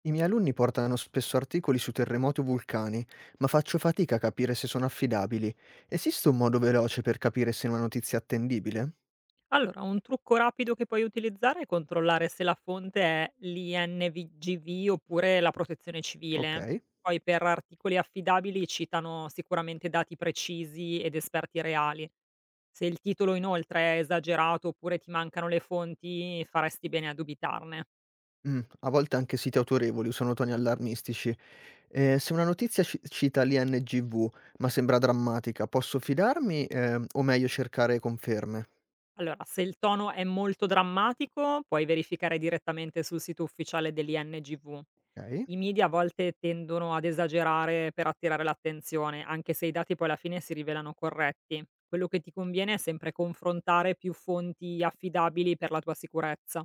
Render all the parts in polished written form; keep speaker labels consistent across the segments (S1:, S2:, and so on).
S1: I miei alunni portano spesso articoli su terremoti o vulcani, ma faccio fatica a capire se sono affidabili. Esiste un modo veloce per capire se una notizia è attendibile?
S2: Allora, un trucco rapido che puoi utilizzare è controllare se la fonte è l'INVGV oppure la Protezione
S1: Ok.
S2: Civile. Poi per articoli affidabili citano sicuramente dati precisi ed esperti reali. Se il titolo inoltre è esagerato oppure ti mancano le fonti, faresti bene a dubitarne.
S1: Mm, a volte anche siti autorevoli usano toni allarmistici. Se una notizia cita l'INGV, ma sembra drammatica, posso fidarmi, o meglio cercare conferme?
S2: Allora, se il tono è molto drammatico, puoi verificare direttamente sul sito ufficiale dell'INGV.
S1: Ok.
S2: I media a volte tendono ad esagerare per attirare l'attenzione, anche se i dati poi alla fine si rivelano corretti. Quello che ti conviene è sempre confrontare più fonti affidabili per la tua sicurezza.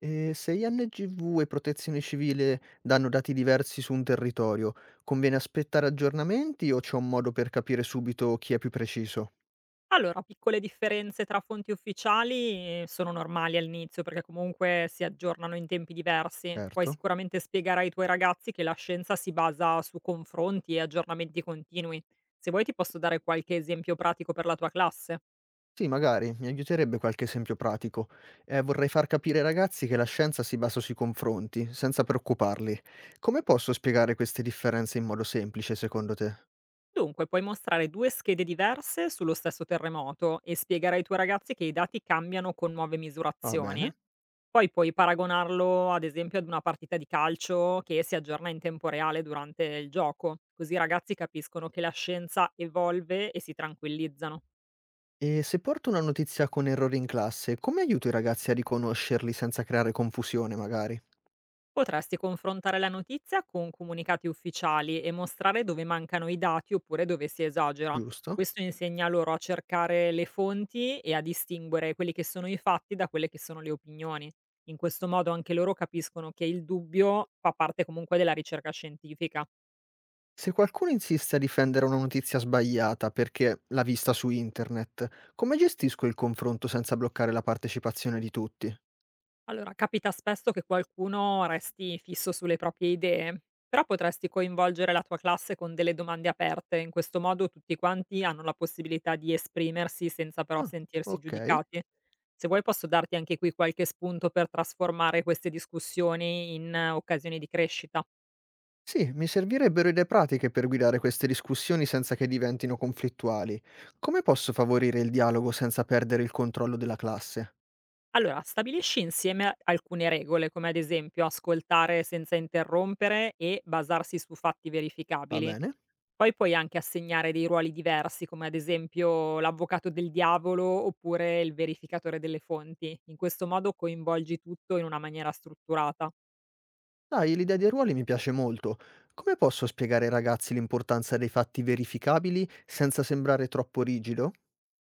S1: E se INGV e Protezione Civile danno dati diversi su un territorio, conviene aspettare aggiornamenti o c'è un modo per capire subito chi è più preciso?
S2: Allora, piccole differenze tra fonti ufficiali sono normali all'inizio perché comunque si aggiornano in tempi diversi. Puoi
S1: Certo.
S2: sicuramente spiegare ai tuoi ragazzi che la scienza si basa su confronti e aggiornamenti continui. Se vuoi ti posso dare qualche esempio pratico per la tua classe.
S1: Sì, magari, mi aiuterebbe qualche esempio pratico. Vorrei far capire ai ragazzi che la scienza si basa sui confronti, senza preoccuparli. Come posso spiegare queste differenze in modo semplice, secondo te?
S2: Dunque, puoi mostrare due schede diverse sullo stesso terremoto e spiegare ai tuoi ragazzi che i dati cambiano con nuove
S1: Va bene.
S2: misurazioni. Poi puoi paragonarlo, ad esempio, ad una partita di calcio che si aggiorna in tempo reale durante il gioco, così i ragazzi capiscono che la scienza evolve e si tranquillizzano.
S1: E se porto una notizia con errori in classe, come aiuto i ragazzi a riconoscerli senza creare confusione, magari?
S2: Potresti confrontare la notizia con comunicati ufficiali e mostrare dove mancano i dati oppure dove si esagera.
S1: Giusto?
S2: Questo insegna loro a cercare le fonti e a distinguere quelli che sono i fatti da quelle che sono le opinioni. In questo modo anche loro capiscono che il dubbio fa parte comunque della ricerca scientifica.
S1: Se qualcuno insiste a difendere una notizia sbagliata perché l'ha vista su internet, come gestisco il confronto senza bloccare la partecipazione di tutti?
S2: Allora, capita spesso che qualcuno resti fisso sulle proprie idee, però potresti coinvolgere la tua classe con delle domande aperte, in questo modo tutti quanti hanno la possibilità di esprimersi senza però
S1: Ah,
S2: sentirsi
S1: ok.
S2: giudicati. Se vuoi posso darti anche qui qualche spunto per trasformare queste discussioni in occasioni di crescita.
S1: Sì, mi servirebbero idee pratiche per guidare queste discussioni senza che diventino conflittuali. Come posso favorire il dialogo senza perdere il controllo della classe?
S2: Allora, stabilisci insieme alcune regole, come ad esempio ascoltare senza interrompere e basarsi su fatti
S1: Va
S2: verificabili.
S1: bene?
S2: Poi puoi anche assegnare dei ruoli diversi, come ad esempio l'avvocato del diavolo oppure il verificatore delle fonti. In questo modo coinvolgi tutto in una maniera strutturata.
S1: Dai, l'idea dei ruoli mi piace molto. Come posso spiegare ai ragazzi l'importanza dei fatti verificabili senza sembrare troppo rigido?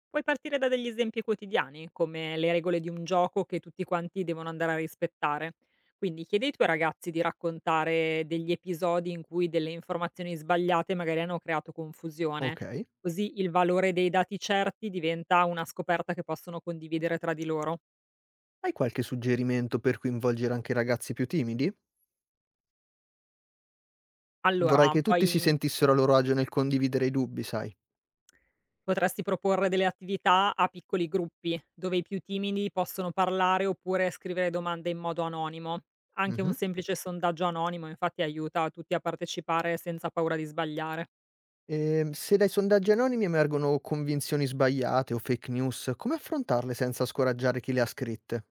S2: Puoi partire da degli esempi quotidiani, come le regole di un gioco che tutti quanti devono andare a rispettare. Quindi chiedi ai tuoi ragazzi di raccontare degli episodi in cui delle informazioni sbagliate magari hanno creato confusione,
S1: Ok.
S2: così il valore dei dati certi diventa una scoperta che possono condividere tra di loro.
S1: Hai qualche suggerimento per coinvolgere anche i ragazzi più timidi? Vorrei
S2: Allora,
S1: che tutti si
S2: poi
S1: sentissero a loro agio nel condividere i dubbi, sai.
S2: Potresti proporre delle attività a piccoli gruppi, dove i più timidi possono parlare oppure scrivere domande in modo anonimo. Anche
S1: Mh-mh.
S2: un semplice sondaggio anonimo infatti aiuta tutti a partecipare senza paura di sbagliare.
S1: Se dai sondaggi anonimi emergono convinzioni sbagliate o fake news, come affrontarle senza scoraggiare chi le ha scritte?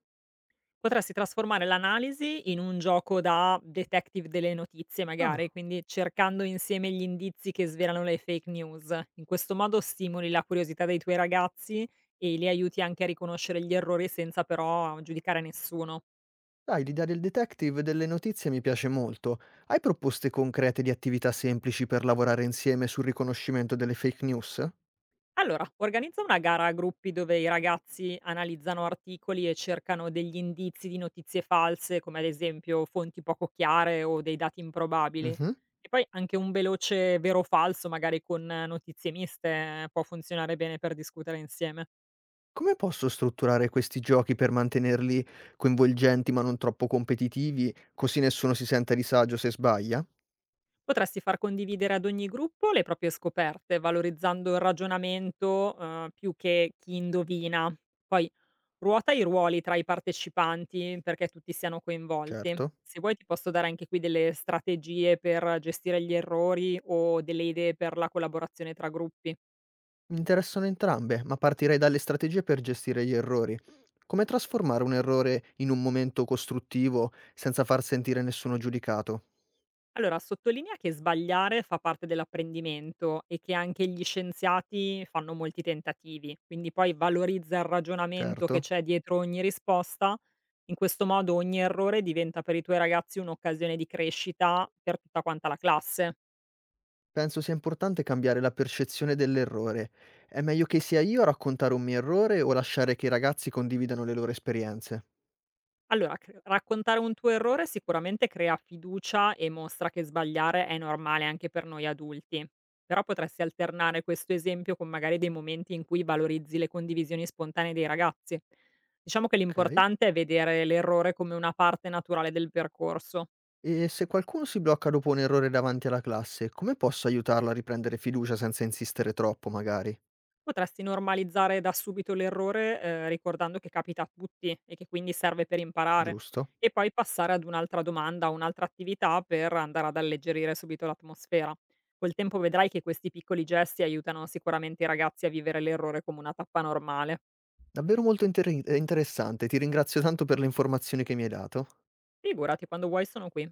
S2: Potresti trasformare l'analisi in un gioco da detective delle notizie
S1: Ah,
S2: magari, quindi cercando insieme gli indizi che svelano le fake news. In questo modo stimoli la curiosità dei tuoi ragazzi e li aiuti anche a riconoscere gli errori senza però giudicare nessuno.
S1: dai, l'idea del detective delle notizie mi piace molto. Hai proposte concrete di attività semplici per lavorare insieme sul riconoscimento delle fake news?
S2: Allora, organizza una gara a gruppi dove i ragazzi analizzano articoli e cercano degli indizi di notizie false, come ad esempio fonti poco chiare o dei dati improbabili.
S1: Mh-mh.
S2: E poi anche un veloce vero o falso, magari con notizie miste, può funzionare bene per discutere insieme.
S1: Come posso strutturare questi giochi per mantenerli coinvolgenti ma non troppo competitivi, così nessuno si sente a disagio se sbaglia?
S2: Potresti far condividere ad ogni gruppo le proprie scoperte, valorizzando il ragionamento, più che chi indovina. Poi ruota i ruoli tra i partecipanti perché tutti siano coinvolti.
S1: Certo.
S2: Se vuoi ti posso dare anche qui delle strategie per gestire gli errori o delle idee per la collaborazione tra gruppi.
S1: Mi interessano entrambe, ma partirei dalle strategie per gestire gli errori. Come trasformare un errore in un momento costruttivo senza far sentire nessuno giudicato?
S2: Allora, sottolinea che sbagliare fa parte dell'apprendimento e che anche gli scienziati fanno molti tentativi, quindi poi valorizza il ragionamento che
S1: Certo.
S2: c'è dietro ogni risposta. In questo modo ogni errore diventa per i tuoi ragazzi un'occasione di crescita per tutta quanta la classe.
S1: Penso sia importante cambiare la percezione dell'errore. È meglio che sia io a raccontare un mio errore o lasciare che i ragazzi condividano le loro esperienze?
S2: Allora, cr raccontare un tuo errore sicuramente crea fiducia e mostra che sbagliare è normale anche per noi adulti. Però potresti alternare questo esempio con magari dei momenti in cui valorizzi le condivisioni spontanee dei ragazzi. Diciamo che
S1: Ok.
S2: l'importante è vedere l'errore come una parte naturale del percorso.
S1: E se qualcuno si blocca dopo un errore davanti alla classe, come posso aiutarlo a riprendere fiducia senza insistere troppo, magari?
S2: Potresti normalizzare da subito l'errore, ricordando che capita a tutti e che quindi serve per imparare.
S1: Giusto?
S2: E poi passare ad un'altra domanda, un'altra attività per andare ad alleggerire subito l'atmosfera. Col tempo vedrai che questi piccoli gesti aiutano sicuramente i ragazzi a vivere l'errore come una tappa normale.
S1: Davvero molto interessante, ti ringrazio tanto per le informazioni che mi hai dato.
S2: Figurati, quando vuoi sono qui.